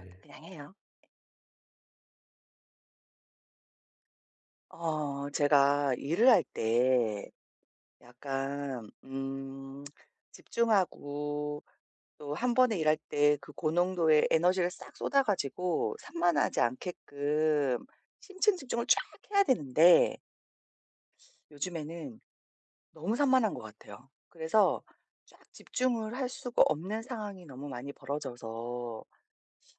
아, 그냥 해요. 제가 일을 할 때 약간 집중하고, 또 한 번에 일할 때 그 고농도의 에너지를 싹 쏟아 가지고 산만하지 않게끔 심층 집중을 쫙 해야 되는데, 요즘에는 너무 산만한 것 같아요. 그래서 쫙 집중을 할 수가 없는 상황이 너무 많이 벌어져서,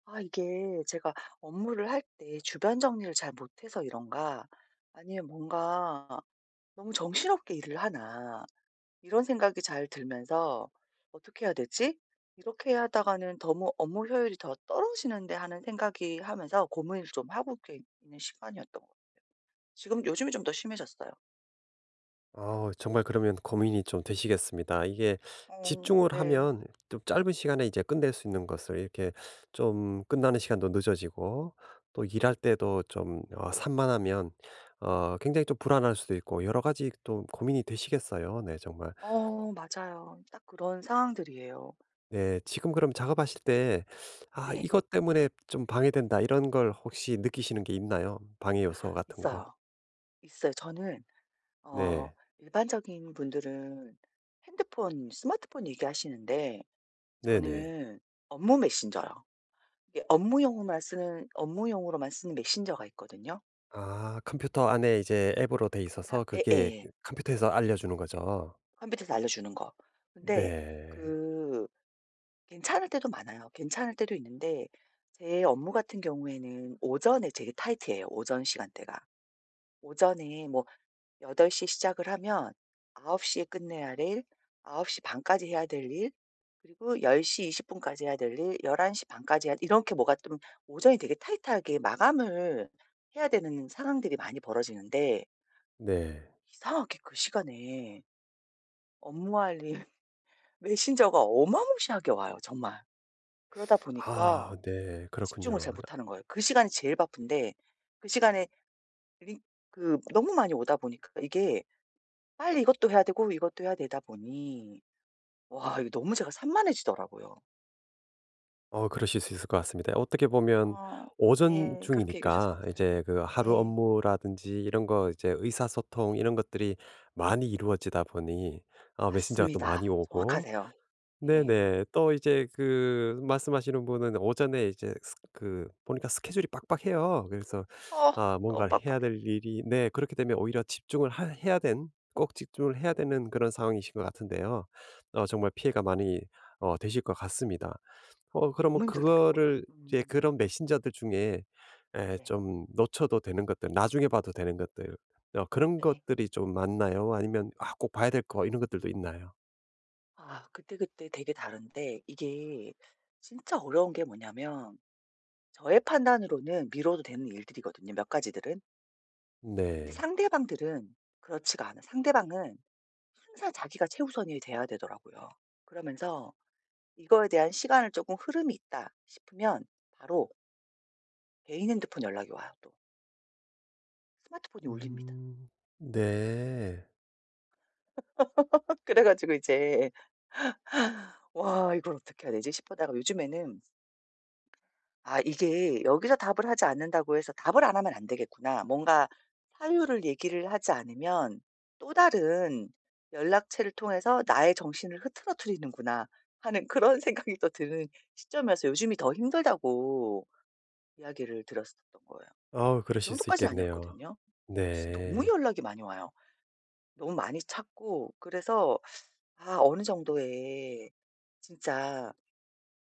아 이게 제가 업무를 할 때 주변 정리를 잘 못해서 이런가, 아니면 뭔가 '너무 정신없게 일을 하나.' 이런 생각이 잘 들면서 '어떻게 해야 되지? 이렇게 하다가는 너무 업무 효율이 더 떨어지는데.' 하는 생각이 하면서 고민을 좀 하고 이렇게 있는 시간이었던 것 같아요. 지금 요즘에 좀 더 심해졌어요. 아 정말 그러면 고민이 좀 되시겠습니다. 이게 어 집중을 네. 하면 좀 짧은 시간에 이제 끝낼 수 있는 것을 이렇게 좀 끝나는 시간도 늦어지고 또 일할 때도 좀 산만하면 굉장히 좀 불안할 수도 있고 여러 가지 또 고민이 되시겠어요. 네, 정말. 어 맞아요. 딱 그런 상황들이에요. 네, 지금 그럼 작업하실 때 '아, 네. 이것 때문에 좀 방해된다.' 이런 걸 혹시 느끼시는 게 있나요? 방해 요소 같은 거. 있어요. 있어요. 저는, 어 네. 일반적인 분들은 핸드폰, 스마트폰 얘기하시는데, 네네. 저는 업무 메신저요. 이게 업무용으로만 쓰는 메신저가 있거든요. 아, 컴퓨터 안에 이제 앱으로 돼 아 있어서 그게 예예. 그 컴퓨터에서 알려주는 거죠. 컴퓨터에서 알려주는 거. 근데 네. 그 괜찮을 때도 많아요. 괜찮을 때도 있는데, 제 업무 같은 경우에는 오전에 되게 타이트해요, 오전 시간대가. 오전에 뭐 8시 시작을 하면 9시에 끝내야 될9시 반 까지 해야 될 일, 그리고 10시 20분 까지 해야 될 일, 11시 반 까지 해야, 이렇게 뭐가 좀 오전이 되게 타이트하게 마감을 해야 되는 상황들이 많이 벌어지는데, 네. 이상하게 그 시간에 업무 알림 메신저가 어마무시하게 와요 정말. 그러다 보니까 아, 네. 집중을 그렇군요. 잘 못하는 거예요. 그 시간이 제일 바쁜데, 그 시간에 링 그 너무 많이 오다 보니까, 이게 빨리 이것도 해야 되고 이것도 해야 되다 보니, 와 이거 너무 제가 산만해지더라고요. 그러실 수 있을 것 같습니다. 어떻게 보면 어 오전 네. 그렇게 얘기해 주셔서 중이니까 감사해요. 이제 그 예. 하루 네. 업무라든지 이런 거 이제 의사소통 이런 것들이 많이 이루어지다 보니 아, 메신저가 또 맞습니다. 많이 오고. 정확하세요. 예. 네네. 또 이제 그 말씀하시는 분은 오전에 이제 스 그 보니까 스케줄이 빡빡해요. 그래서 어 아, 너무 뭔가를 해야 빡빡해. 될 일이, 음. 네, 그렇게 되면 오히려 집중을 하 해야 된 꼭 집중을 해야 되는 그런 상황이신 것 같은데요. 어 정말 피해가 많이 되실 것 같습니다. 그러면 너무 힘들더라고요. 그거를 이제 그런 메신저들 중에 에 네. 좀 놓쳐도 되는 것들, 나중에 봐도 되는 것들, 그런 예. 것들이 좀 많나요? 아니면 '아, 꼭 봐야 될 거.' 이런 것들도 있나요? 아 그때그때 되게 다른데, 이게 진짜 어려운 게 뭐냐면, 저의 판단으로는 미뤄도 되는 일들이거든요, 몇 가지들은. 근데 네. 상대방들은 그렇지가 않아. 상대방은 항상 자기가 최우선이 돼야 되더라고요. 그러면서 이거에 대한 시간을 조금 흐름이 있다 싶으면 바로 개인 핸드폰 연락이 와요 또. 스마트폰이 울립니다. 음. 네. 그래 가지고 이제 '와 이걸 어떻게 해야 되지?' 싶어다가 요즘에는 '아 이게 여기서 답을 하지 않는다고 해서 답을 안 하면 안 되겠구나.' 뭔가 사유를 얘기를 하지 않으면 '또 다른 연락체를 통해서 나의 정신을 흐트러뜨리는구나.' 하는 그런 생각이 또 드는 시점이어서 요즘이 더 힘들다고 이야기를 들었었던 거예요. 아, 이 그러실 수 정도까지는 있겠네요. 아니었거든요. 진짜 너무 네. 연락이 많이 와요. 너무 많이 찾고, 그래서 아 어느 정도의 진짜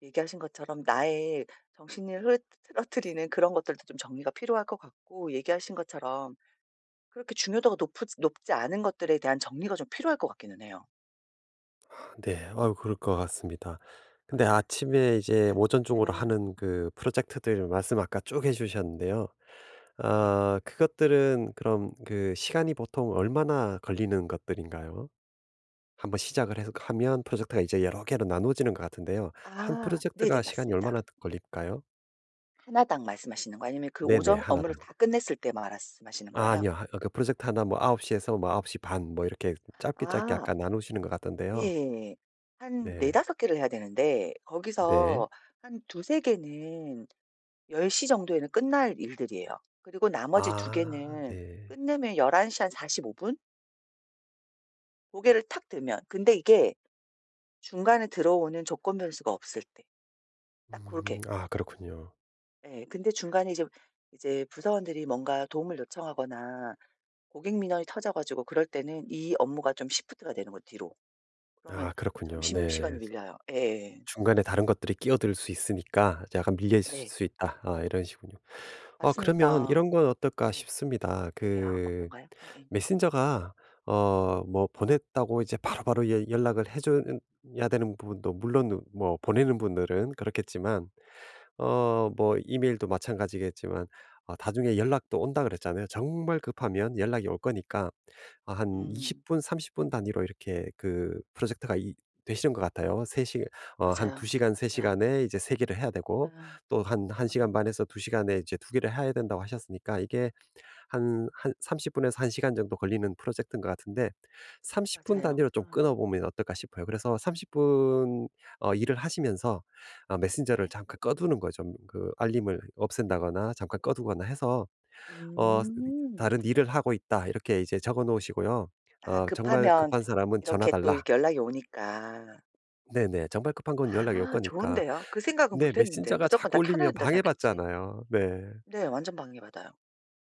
얘기하신 것처럼 나의 정신을 흐트러뜨리는 그런 것들도 좀 정리가 필요할 것 같고, 얘기하신 것처럼 그렇게 중요도가 높지 않은 것들에 대한 정리가 좀 필요할 것 같기는 해요. 네. 아, 그럴 것 같습니다. 근데 아침에 이제 오전 중으로 예. 하는 그 프로젝트들 말씀 아까 쭉 해 주셨는데요. 예. 아, 그것들은 그럼 그 시간이 보통 얼마나 걸리는 것들인가요? 한번 시작을 해서 하면 프로젝트가 이제 여러 개로 나누어지는 것 같은데요. 한 아 네네 프로젝트가 시간이 맞습니다. 얼마나 걸릴까요? 하나당 말씀하시는 거 아니면 그 네네. 오전 나 업무를 당. 다 끝냈을 때 말씀하시는 아, 거예요? 아니요. 그 프로젝트 하나 뭐9홉시 에서 뭐9시반 뭐 이렇게 짧게 짧게 아. 아까 나누시는 것 같던데요. 예. 한 네. 4~5 개를 해야 되는데, 네. 거기서 한 2~3 개는 10시 정도에는 끝날 일들이에요. 그리고 나머지 2 아, 개는 네. 끝내면 11시 한 45 분? 고개를 탁 들면. 근데 이게 중간에 들어오는 조건 변수가 없을 때 딱 음. 고렇게. 아, 그렇군요. 예. 근데 중간에 이제 이제 부서원들이 뭔가 도움을 요청하거나 고객 민원이 터져 가지고 그럴 때는 이 업무가 좀 시프트가 되는 거예요 뒤로. 그러면 아, 그렇군요. 점심시간이 네. 밀려요. 예예. 중간에 다른 것들이 끼어들 수 있으니까 약간 밀려 있을 네. 수 있다. 아, 이런 식군요. 어, 그러면 맞습니다. 이런 건 어떨까 네. 싶습니다. 어때요? 그 어떤가요? 예예. 메신저가 뭐 보냈다고 이제 바로바로 예 연락을 해 줘야 되는 부분도 물론 뭐 보내는 분들은 그렇겠지만 뭐 이메일도 마찬가지겠지만 나중에 연락도 온다 그랬잖아요. 정말 급하면 연락이 올 거니까 아 한 음. 20분 30분 단위로 이렇게 그 프로젝트가 이 되시는 것 같아요. 3시 한 2 맞아요. 시간 3 맞아요. 시간에 이제 3 개를 해야 되고 응. 또 한 1 시간 응. 반에서 2 시간에 이제 2 개를 해야 된다고 하셨으니까 이게 한 30 분에서 1 시간 정도 걸리는 프로젝트인 것 같은데 30분 맞아요. 단위로 좀 응. 끊어 보면 어떨까 싶어요. 그래서 30 분 일을 하시면서 아 메신저를 네. 잠깐 꺼 두는 거죠. 그 알림을 없앤다거나 잠깐 꺼 두거나 해서 어 음. "다른 일을 하고 있다." 이렇게 이제 적어 놓으시고요. 아 "정말 급하면 급한 사람은 전화 이렇게 또 달라." 이렇게 연락이 오니까. 네네. 정말 급한 건 연락 올 아 거니까. 좋은데요. 그 생각은 네. 못 했는데요. 메신저가 무조건 자꾸 다 켜놔야 울리면 된다 생각했지. 방해받잖아요. 네. 네. 완전 방해받아요.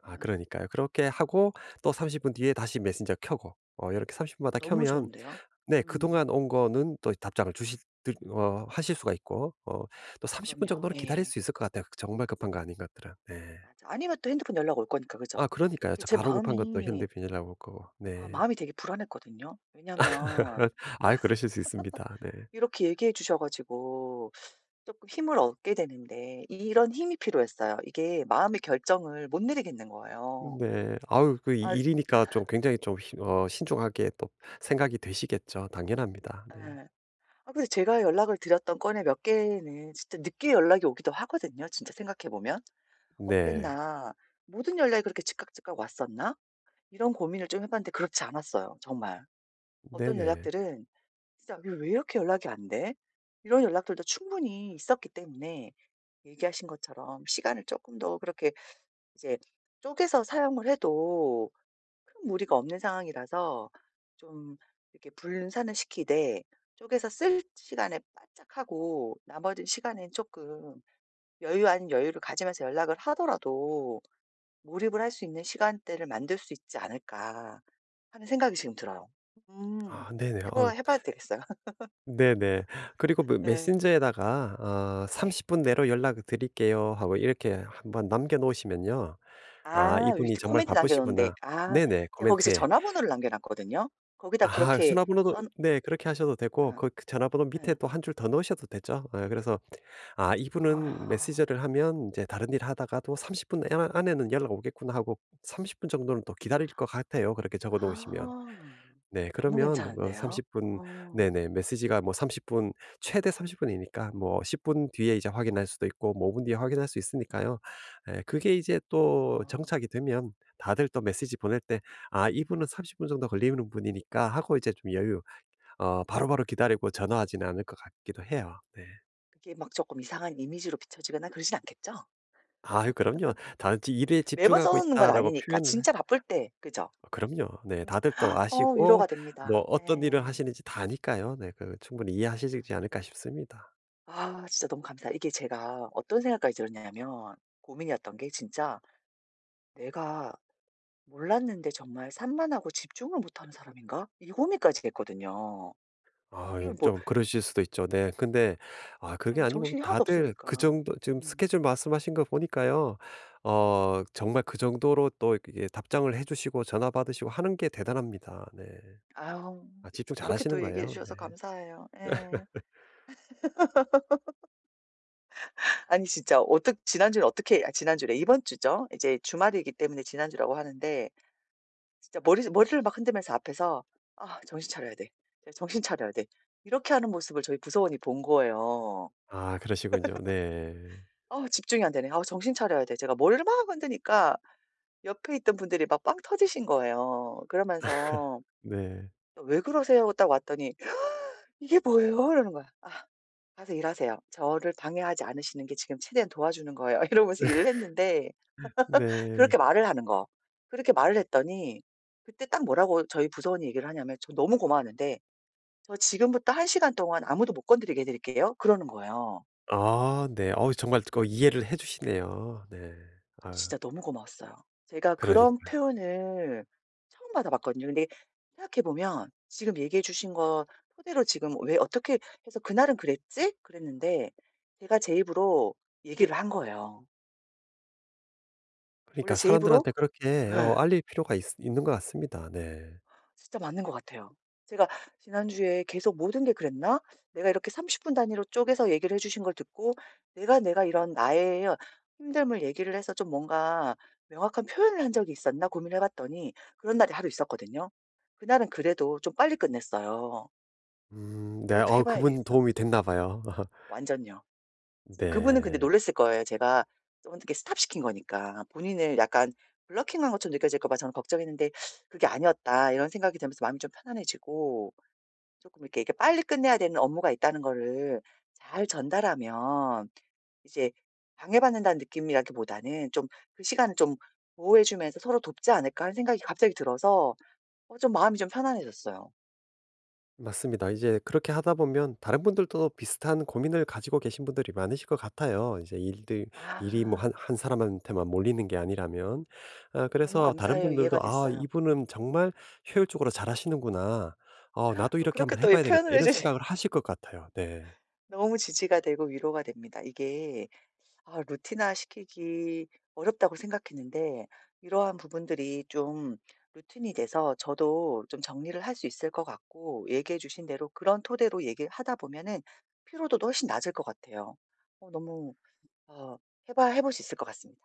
아 음. 그러니까요. 그렇게 하고 또 30분 뒤에 다시 메신저 켜고 이렇게 30 분마다 너무 켜면 좋은데요. 네 음. 그동안 온 거는 또 답장을 주실 드 어 하실 수가 있고 또 30분 그럼요. 정도는 기다릴 예. 수 있을 것 같아요 그 정말 급한 거 아닌 것들은. 네. 맞아. 아니면 또 핸드폰 연락 올 거니까. 그죠? 아 그러니까요. 이게 저 제 바로 급한 것도 마음이 현대비닐라고 그거 아 네. 마음이 되게 불안했거든요. 왜냐면 아유 그러실 수 있습니다. 네. 이렇게 얘기해 주셔 가지고 조금 힘을 얻게 되는데, 이런 힘이 필요했어요. 이게 마음의 결정을 못 내리겠는 거예요. 네. 아우 그 이 아 일이니까 좀 굉장히 좀 히 어 신중하게 또 생각이 되시겠죠. 당연합니다. 네. 예. 아 근데 제가 연락을 드렸던 건에 몇 개는 진짜 늦게 연락이 오기도 하거든요 진짜 생각해 보면. 네. '어땠나? 모든 연락이 그렇게 즉각즉각 왔었나?' 이런 고민을 좀 해 봤는데 그렇지 않았어요 정말. 어떤 네네. 연락들은 진짜 '이거 왜 이렇게 연락이 안 돼?' 이런 연락들도 충분히 있었기 때문에 얘기하신 것처럼 시간을 조금 더 그렇게 이제 쪼개서 사용을 해도 큰 무리가 없는 상황이라서, 좀 이렇게 분산을 시키되 쪼개서 쓸 시간에 바짝 하고, 나머지 시간엔 쪼끔 여유 아닌 여유를 가지면서 연락을 하더라도 몰입을 할 수 있는 시간대를 만들 수 있지 않을까 하는 생각이 지금 들어요. 음. 아, 네네. 해봐 아유. 해 봐야 되겠어요. 네네. 그리고 그 예. 메신저에다가 아 네. "30 분 내로 연락 드릴게요." 하고 이렇게 한번 남겨 놓으시면요. 아, 아 이분이 밑에 정말 코멘트 남겨 놓은데, 바쁘시구나. 아 네네. 제가 거기 제 코멘트에. 전화번호를 남겨 놨거든요. 거기다 아, 그렇게 전화번호도 써 네 그렇게 하셔도 되고 어. 그 그 전화번호 밑에 예. 또 한 줄 더 넣으셔도 되죠. 아, 그래서 '아, 이분은 아. 메신저를 하면 이제 다른 일 하다가도 30분 안에는 연락 오겠구나.' 하고 30분 정도는 또 기다릴 것 같아요, 그렇게 적어 놓으시면. 아. 네. 너무 그러면 어 괜찮은데요. 30분. 어. 네네. 메시지가 뭐 30분, 최대 30 분이니까 뭐 10분 뒤에 이제 확인할 수도 있고 뭐 5 분 뒤에 확인할 수 있으니까요. 에, 그게 이제 또 어. 정착이 되면 다들 또 메시지 보낼 때 '아, 이분은 30분 정도 걸리는 분이니까.' 하고 이제 좀 여유 바로바로 기다리고 전화하지는 않을 것 같기도 해요. 네. 그게 막 조금 이상한 이미지로 비춰지거나 그러진 않겠죠? 아유 그럼요. 단지 '일에 매번 써 집중하고 놓는 건 있다.'라고 아니니까. 표현을 해 진짜 바쁠 때. 그죠? 어, 그럼요. 네. 진짜 다들 또 어 아시고 위로가 뭐 됩니다. 어떤 일을 예. 하시는지 다 아니까요. 네. 그 충분히 이해하시지 않을까 싶습니다. 아 진짜 너무 감사해요. 이게 제가 어떤 생각까지 들었냐면, 고민이었던 게 진짜 '내가 몰랐는데 정말 산만하고 집중을 못하는 사람인가?' 이 고민까지 했거든요. 아, 예, 이거 뭐 좀 그러실 수도 있죠. 네. 근데 아, 그게 예 아니고 정신이 하나도 다들 그 없으니까. 정도 지금 음. 스케줄 말씀하신 거 보니까요. 정말 그 정도로 또 이게 답장을 해 주시고 전화 받으시고 하는 게 대단합니다. 네. 아우. 아, 또 집중 그렇게 잘하시는 또 얘기해 거예요. 네. 주셔서 감사해요. 예. 아니 진짜 어떻 지난주에 어떻게, 아 지난주래 이번 주죠. 이제 주말이기 때문에 지난주라고 하는데, 진짜 머리를 막 흔들면서 앞에서 '아 정신 차려야 돼. 네, 정신 차려야 돼.' 이렇게 하는 모습을 저희 부서원이 본 거예요. 아, 그러시군요. 네. 아 집중이 안 되네. '아 정신 차려야 돼.' 제가 머리를 막 흔드니까 옆에 있던 분들이 막 빵 터지신 거예요. 그러면서 네. "왜 그러세요?" 딱 왔더니 "이게 뭐예요?" 이러는 거야. "아 가서 일하세요. 저를 방해하지 않으시는 게 지금 최대한 도와주는 거예요." 이러면서 일을 했는데 네. 그렇게 말을 하는 거. 그렇게 말을 했더니 그때 딱 뭐라고 저희 부서원이 얘기를 하냐면 "저 너무 고마웠는데 저 지금부터 한 시간 동안 아무도 못 건드리게 해 드릴게요." 그러는 거예요. 아, 네. 어우 정말 그 이해를 해 주시네요. 네. 저 아 진짜 너무 고마웠어요. 제가 그런 그러니까요. 표현을 처음 받아봤거든요. 근데 생각해 보면 지금 얘기해 주신 거 토대로 지금 왜 어떻게 해서 '그날은 그랬지?' 그랬는데, 제가 제 입으로 얘기를 한 거예요. 원래 그러니까 제 입으로 사람들한테 그렇게 예. 알릴 필요가 있 있는 것 같습니다. 네. 진짜 맞는 것 같아요. 제가 지난주에 계속 '모든 게 그랬나?' 내가 이렇게 30분 단위로 쪼개서 얘기를 해 주신 걸 듣고 내가 이런 나의 힘듦을 얘기를 해서 좀 뭔가 명확한 표현을 한 적이 있었나 고민을 해 봤더니 그런 날이 하루 있었거든요. 그날은 그래도 좀 빨리 끝냈어요. 음, 네. 어 또 해 어 봐야 그분 되겠어. 도움이 됐나 봐요. 완전요. 근데 그분은 근데 네. 놀랐을 거예요. 제가 좀 어떻게 스톱시킨 거니까. 본인을 약간 블러킹한 것처럼 느껴질까 봐 저는 걱정했는데 '그게 아니었다.' 이런 생각이 들면서 마음이 좀 편안해지고 조금 이렇게 빨리 끝내야 되는 업무가 있다는 거를 잘 전달하면 이제 방해받는다는 느낌이라기보다는 좀 그 시간을 좀 보호해 주면서 서로 돕지 않을까 하는 생각이 갑자기 들어서 어 좀 마음이 좀 편안해졌어요. 맞습니다. 이제 그렇게 하다 보면 다른 분들도 비슷한 고민을 가지고 계신 분들이 많으실 것 같아요. 이제 일들 일이 뭐 아 한 사람한테만 몰리는 게 아니라면. 아 너무 그래서 다른 감사해요. 이해가 분들도 '아, 됐어요. 이분은 음. 정말 효율적으로 잘하시는구나. 어 나도 또 이렇게 그렇게 한번 해 또 예 봐야 되겠다.' 표현을 해 이런 주시 생각을 하실 것 같아요. 네. 너무 지지가 되고 위로가 됩니다. 이게 아 루틴화시키기 어렵다고 생각했는데, 이러한 부분들이 좀 루틴이 돼서 저도 좀 정리를 할 수 있을 것 같고, 얘기해 주신 대로 그런 토대로 얘기를 하다 보면은 피로도도 훨씬 낮을 것 같아요. 어 너무 어 해봐 해볼 수 있을 것 같습니다.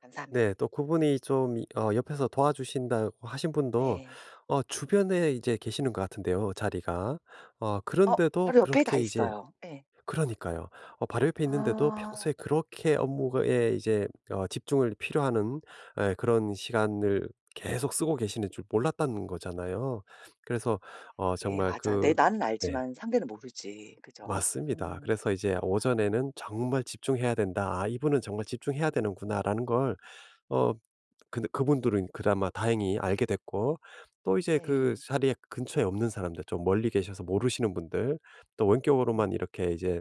감사합니다. 네. 또 그분이 좀 이 어 옆에서 도와주신다고 하신 분도 네. 주변에 이제 계시는 것 같은데요, 자리가. 어 그런데도 바로 옆에 다 그렇게 이제 있어요. 네. 그러니까요. 바로 옆에 있는데도 아 평소에 그렇게 업무에 이제 집중을 필요하는 에, 그런 시간을 계속 쓰고 계시는 줄 몰랐다는 거잖아요. 그래서 그래 정말 맞아. 내 그 나는 네. 알지만 상대는 모르지. 그죠? 맞습니다. 음. 그래서 이제 오전에는 '정말 집중해야 된다. 아, 이분은 정말 집중해야 되는구나.'라는 걸어 근데 그분들은 그나마 다행히 알게 됐고 또 이제 그 예. 자리에 근처에 없는 사람들 좀 멀리 계셔서 모르시는 분들 또 음. 원격으로만 이렇게 이제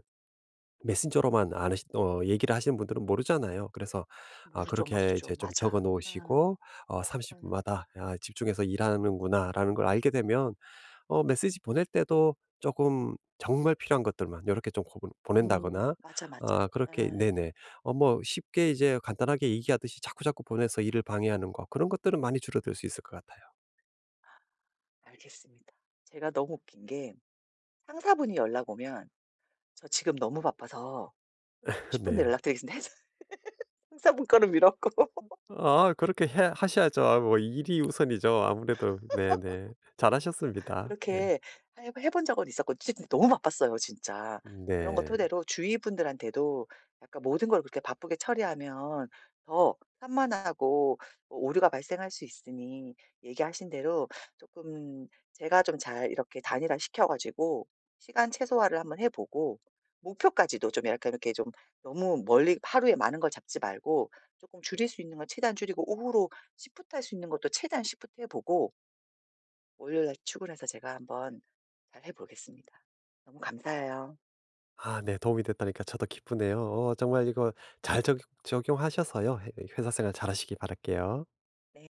메신저로만 안 하시, 어, 얘기를 하시는 분들은 모르잖아요. 그래서 아, 모르죠, 그렇게 모르죠. 이제 좀 적어 맞아. 음. 놓으시고 어, 음. 30분마다 아, 집중해서 일하는구나라는 걸 알게 되면 메시지 보낼 때도 조금 정말 필요한 것들만 이렇게 좀 고 음. 보낸다거나 맞아, 맞아. 아, 그렇게, 아, 네네. 뭐 쉽게 이제 간단하게 얘기하듯이 자꾸자꾸 보내서 일을 방해하는 거 그런 것들은 많이 줄어들 수 있을 것 같아요. 알겠습니다. 제가 너무 웃긴 게 상사분이 연락 오면 "저 지금 너무 바빠서 30 분 내에 네. 연락드리겠습니다." 해서 상사분 거를 미뤘고 아, 그렇게 해 하셔야죠. 아, 뭐 일이 우선이죠. 아무래도. 네네. 잘하셨습니다. 네. 그렇게 해 해본 적은 있었고 진 너무 바빴어요 진짜. 그런 거 네. 토대로 주위 분들한테도 약간 모든 걸 그렇게 바쁘게 처리하면 더 산만하고 어 오류가 발생할 수 있으니 얘기하신 대로 조금 제가 좀 잘 이렇게 단일화시켜 가지고 시간 최소화를 한번 해 보고, 목표까지도 좀 약간 이렇게 좀 너무 멀리 하루에 많은 걸 잡지 말고 조금 줄일 수 있는 걸 최대한 줄이고 오후로 시프트 할 수 있는 것도 최대한 시프트 해 보고 월요일 날 출근해서 제가 한번 잘 해 보겠습니다. 너무 감사해요. 아, 네. 도움이 됐다니까 저도 기쁘네요. 정말 이거 잘 적용하셔서요 해 회사 생활 잘하시기 바랄게요. 네.